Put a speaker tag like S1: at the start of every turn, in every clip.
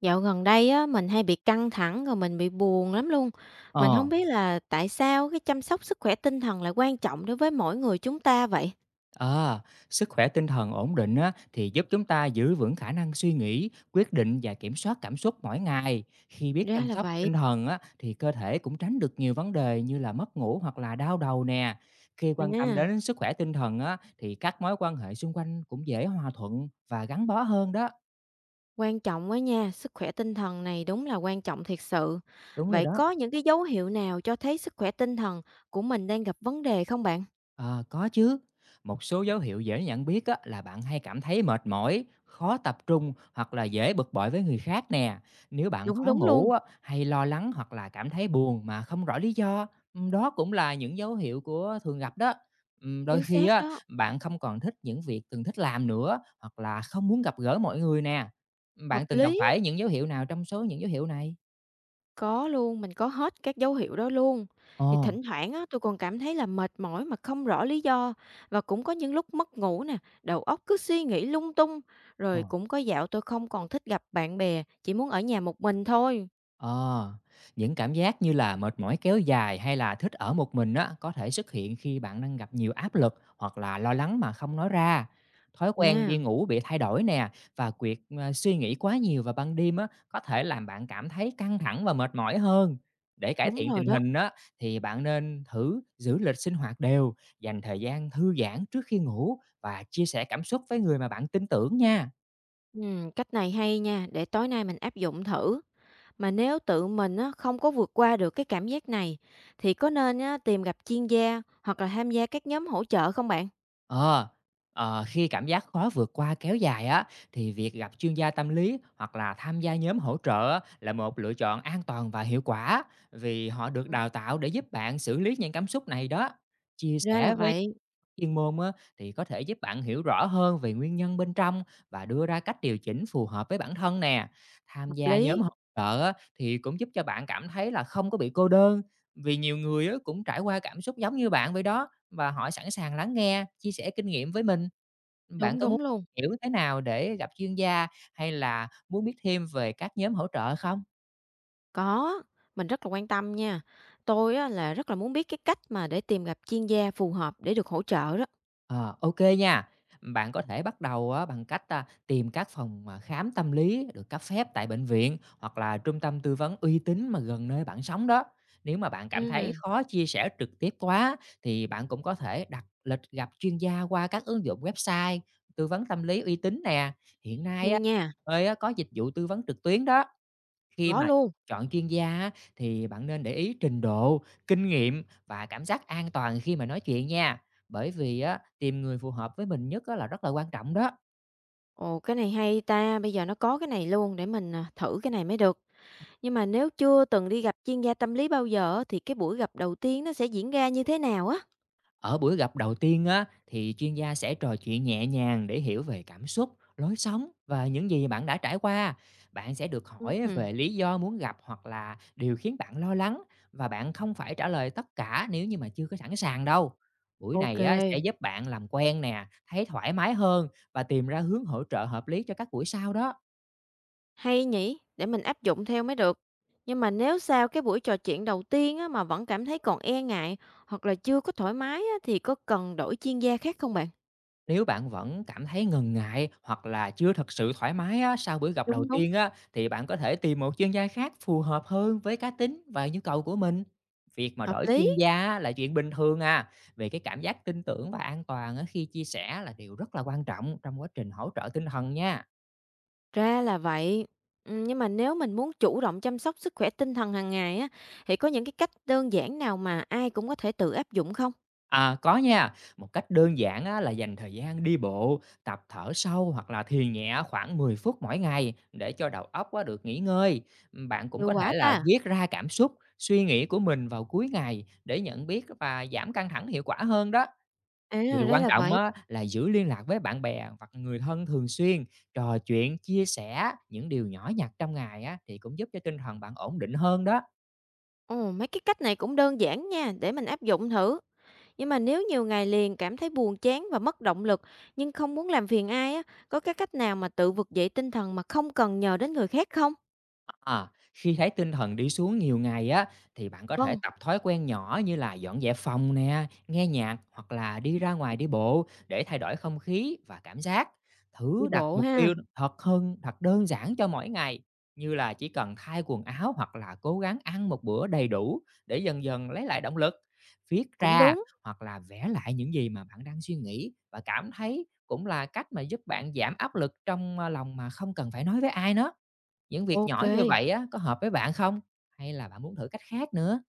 S1: Dạo gần đây á, mình hay bị căng thẳng rồi mình bị buồn lắm luôn. Mình
S2: Ờ,
S1: không biết là tại sao cái chăm sóc sức khỏe tinh thần lại quan trọng đối với mỗi người chúng ta vậy?
S2: à, sức khỏe tinh thần ổn định á, thì giúp chúng ta giữ vững khả năng suy nghĩ, quyết định và kiểm soát cảm xúc mỗi ngày. Khi biết
S1: Ra
S2: chăm
S1: là
S2: sóc
S1: vậy.
S2: tinh thần á, thì cơ thể cũng tránh được nhiều vấn đề như là mất ngủ hoặc là đau đầu nè. Khi quan tâm
S1: Nha,
S2: đến sức khỏe tinh thần á, thì các mối quan hệ xung quanh cũng dễ hòa thuận và gắn bó hơn đó.
S1: quan trọng quá nha, sức khỏe tinh thần này đúng là quan trọng thiệt sự.
S2: Đúng rồi
S1: Vậy
S2: đó.
S1: có những cái dấu hiệu nào cho thấy sức khỏe tinh thần của mình đang gặp vấn đề không bạn?
S2: Ờ, có chứ. Một số dấu hiệu dễ nhận biết á, là bạn hay cảm thấy mệt mỏi, khó tập trung hoặc là dễ bực bội với người khác nè. Nếu bạn
S1: Đúng,
S2: khó
S1: đúng
S2: ngủ
S1: luôn,
S2: á, hay lo lắng hoặc là cảm thấy buồn mà không rõ lý do, đó cũng là những dấu hiệu của thường gặp đó. Đôi
S1: chính
S2: khi
S1: xác
S2: á,
S1: đó,
S2: bạn không còn thích những việc từng thích làm nữa hoặc là không muốn gặp gỡ mọi người nè.
S1: hợp
S2: Bạn từng gặp
S1: lý.
S2: phải những dấu hiệu nào trong số những dấu hiệu này?
S1: Có luôn, mình có hết các dấu hiệu đó luôn. Thì
S2: Ồ,
S1: thỉnh thoảng á, tôi còn cảm thấy là mệt mỏi mà không rõ lý do và cũng có những lúc mất ngủ nè, đầu óc cứ suy nghĩ lung tung,
S2: ồ.
S1: rồi cũng có dạo tôi không còn thích gặp bạn bè, chỉ muốn ở nhà một mình thôi.
S2: Ờ, những cảm giác như là mệt mỏi kéo dài hay là thích ở một mình á, có thể xuất hiện khi bạn đang gặp nhiều áp lực hoặc là lo lắng mà không nói ra. Thói quen đi
S1: À,
S2: ngủ bị thay đổi nè và việc suy nghĩ quá nhiều vào ban đêm á, có thể làm bạn cảm thấy căng thẳng và mệt mỏi hơn. Để cải
S1: đúng
S2: thiện
S1: rồi
S2: tình
S1: đó.
S2: hình á, thì bạn nên thử giữ lịch sinh hoạt đều, dành thời gian thư giãn trước khi ngủ và chia sẻ cảm xúc với người mà bạn tin tưởng nha.
S1: Cách này hay nha, để tối nay mình áp dụng thử. Mà nếu tự mình á, không có vượt qua được cái cảm giác này thì có nên á, tìm gặp chuyên gia hoặc là tham gia các nhóm hỗ trợ không bạn?
S2: Ờ, ờ, khi cảm giác khó vượt qua kéo dài á, thì việc gặp chuyên gia tâm lý hoặc là tham gia nhóm hỗ trợ á, là một lựa chọn an toàn và hiệu quả vì họ được
S1: Ừ.
S2: đào tạo để giúp bạn xử lý những cảm xúc này đó. Chia
S1: Ra là
S2: sẻ với
S1: vậy,
S2: chuyên môn á, thì có thể giúp bạn hiểu rõ hơn về nguyên nhân bên trong và đưa ra cách điều chỉnh phù hợp với bản thân nè. Tham
S1: hợp
S2: gia nhóm
S1: lý.
S2: hỗ trợ á, thì cũng giúp cho bạn cảm thấy là không có bị cô đơn vì nhiều người á, cũng trải qua cảm xúc giống như bạn vậy đó và họ sẵn sàng lắng nghe, chia sẻ kinh nghiệm với mình. Bạn
S1: Đúng
S2: có muốn
S1: đúng luôn.
S2: hiểu thế nào để gặp chuyên gia hay là muốn biết thêm về các nhóm hỗ trợ không?
S1: Có, mình rất là quan tâm nha. Tôi á, là rất là muốn biết cái cách mà để tìm gặp chuyên gia phù hợp để được hỗ trợ đó.
S2: Ờ, ô nha. Bạn có thể bắt đầu á bằng cách, tìm các phòng mà khám tâm lý được cấp phép tại bệnh viện hoặc là trung tâm tư vấn uy tín mà gần nơi bạn sống đó. Nếu mà bạn cảm thấy
S1: Ừm.
S2: khó chia sẻ trực tiếp quá thì bạn cũng có thể đặt lịch gặp chuyên gia qua các ứng dụng website tư vấn tâm lý uy tín nè. Hiện nay á,
S1: Hay nha,
S2: có dịch vụ tư vấn trực tuyến đó. Khi
S1: có
S2: mà
S1: luôn.
S2: chọn chuyên gia á, thì bạn nên để ý trình độ, kinh nghiệm và cảm giác an toàn khi mà nói chuyện nha. Bởi vì á, tìm người phù hợp với mình nhất á, là rất là quan trọng đó.
S1: Ồ, cái này hay ta, bây giờ nó có cái này luôn để mình à, thử cái này mới được. Nhưng mà nếu chưa từng đi gặp chuyên gia tâm lý bao giờ á, thì cái buổi gặp đầu tiên nó sẽ diễn ra như thế nào á?
S2: Ở buổi gặp đầu tiên á, thì chuyên gia sẽ trò chuyện nhẹ nhàng để hiểu về cảm xúc, lối sống và những gì bạn đã trải qua. Bạn sẽ được hỏi
S1: Ừm.
S2: về lý do muốn gặp hoặc là điều khiến bạn lo lắng và bạn không phải trả lời tất cả nếu như mà chưa có sẵn sàng đâu. Buổi
S1: Ok.
S2: này á, sẽ giúp bạn làm quen nè, thấy thoải mái hơn và tìm ra hướng hỗ trợ hợp lý cho các buổi sau đó.
S1: Hay nhỉ, để mình áp dụng theo mới được. Nhưng mà nếu sau cái buổi trò chuyện đầu tiên á, mà vẫn cảm thấy còn e ngại hoặc là chưa có thoải mái á, thì có cần đổi chuyên gia khác không bạn?
S2: Nếu bạn vẫn cảm thấy ngần ngại hoặc là chưa thật sự thoải mái á, sau buổi gặp đầu
S1: Đúng đúng,
S2: tiên á, thì bạn có thể tìm một chuyên gia khác phù hợp hơn với cá tính và nhu cầu của mình. Việc mà
S1: hợp
S2: đổi
S1: lý.
S2: chuyên gia á, là chuyện bình thường à. Về cái cảm giác tin tưởng và an toàn á, khi chia sẻ là điều rất là quan trọng trong quá trình hỗ trợ tinh thần nha.
S1: Ra là vậy. Ừ, nhưng mà nếu mình muốn chủ động chăm sóc sức khỏe tinh thần hàng ngày á, thì có những cái cách đơn giản nào mà ai cũng có thể tự áp dụng không?
S2: À, có nha. Một cách đơn giản á, là dành thời gian đi bộ, tập thở sâu hoặc là thiền nhẹ khoảng 10 phút mỗi ngày để cho đầu óc á, được nghỉ ngơi. Bạn cũng
S1: Hiệu
S2: có
S1: quả
S2: thể là
S1: ta.
S2: viết ra cảm xúc, suy nghĩ của mình vào cuối ngày để nhận biết và giảm căng thẳng hiệu quả hơn đó.
S1: À,
S2: Điều
S1: ra
S2: quan
S1: là
S2: trọng
S1: vậy.
S2: á, là giữ liên lạc với bạn bè hoặc người thân thường xuyên, trò chuyện, chia sẻ những điều nhỏ nhặt trong ngày á, thì cũng giúp cho tinh thần bạn ổn định hơn đó.
S1: Ồ, mấy cái cách này cũng đơn giản nha, để mình áp dụng thử. Nhưng mà nếu nhiều ngày liền cảm thấy buồn chán và mất động lực nhưng không muốn làm phiền ai á, có cái cách nào mà tự vực dậy tinh thần mà không cần nhờ đến người khác không?
S2: À, khi thấy tinh thần đi xuống nhiều ngày á, thì bạn có thể
S1: Vâng,
S2: tập thói quen nhỏ như là dọn dẹp phòng nè, nghe nhạc hoặc là đi ra ngoài đi bộ để thay đổi không khí và cảm giác.
S1: đi
S2: Thử đặt
S1: bộ
S2: mục
S1: ha,
S2: tiêu thật hơn, thật đơn giản cho mỗi ngày, như là chỉ cần thay quần áo hoặc là cố gắng ăn một bữa đầy đủ để dần dần lấy lại động lực. Viết
S1: cũng
S2: ra
S1: đúng.
S2: hoặc là vẽ lại những gì mà bạn đang suy nghĩ và cảm thấy cũng là cách mà giúp bạn giảm áp lực trong lòng mà không cần phải nói với ai nữa. Những việc
S1: Ok,
S2: nhỏ như vậy á, có hợp với bạn không? Hay là bạn muốn thử cách khác nữa?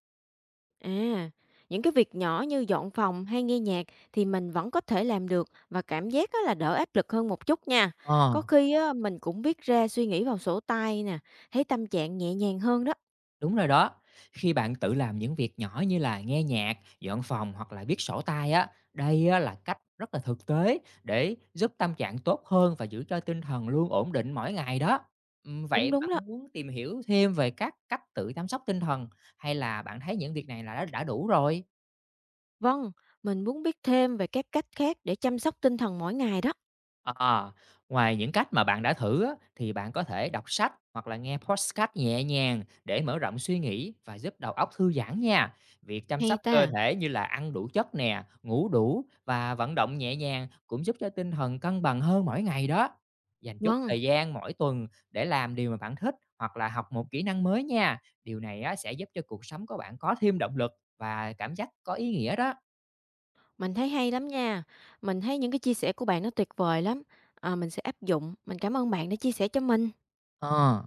S1: à, những cái việc nhỏ như dọn phòng hay nghe nhạc thì mình vẫn có thể làm được và cảm giác á là đỡ áp lực hơn một chút nha.
S2: Ờ,
S1: Có khi á, mình cũng viết ra suy nghĩ vào sổ tay nè, thấy tâm trạng nhẹ nhàng hơn đó.
S2: đúng rồi đó. Khi bạn tự làm những việc nhỏ như là nghe nhạc, dọn phòng hoặc là viết sổ tay á, đây á, là cách rất là thực tế để giúp tâm trạng tốt hơn và giữ cho tinh thần luôn ổn định mỗi ngày đó. Ừm,
S1: Đúng
S2: Vậy bạn
S1: đúng đó.
S2: muốn tìm hiểu thêm về các cách tự chăm sóc tinh thần hay là bạn thấy những việc này là đã đủ rồi?
S1: Vâng, mình muốn biết thêm về các cách khác để chăm sóc tinh thần mỗi ngày đó.
S2: À, ngoài những cách mà bạn đã thử á, thì bạn có thể đọc sách hoặc là nghe podcast nhẹ nhàng để mở rộng suy nghĩ và giúp đầu óc thư giãn nha. Việc chăm sóc
S1: Hay
S2: cơ
S1: ta.
S2: thể như là ăn đủ chất nè, ngủ đủ và vận động nhẹ nhàng cũng giúp cho tinh thần cân bằng hơn mỗi ngày đó. Dành chút
S1: Vâng,
S2: thời gian mỗi tuần để làm điều mà bạn thích hoặc là học một kỹ năng mới nha. Điều này á, sẽ giúp cho cuộc sống của bạn có thêm động lực và cảm giác có ý nghĩa đó.
S1: mình thấy hay lắm nha. Mình thấy những cái chia sẻ của bạn nó tuyệt vời lắm. À, mình sẽ áp dụng. Mình cảm ơn bạn đã chia sẻ cho mình.
S2: Ờ.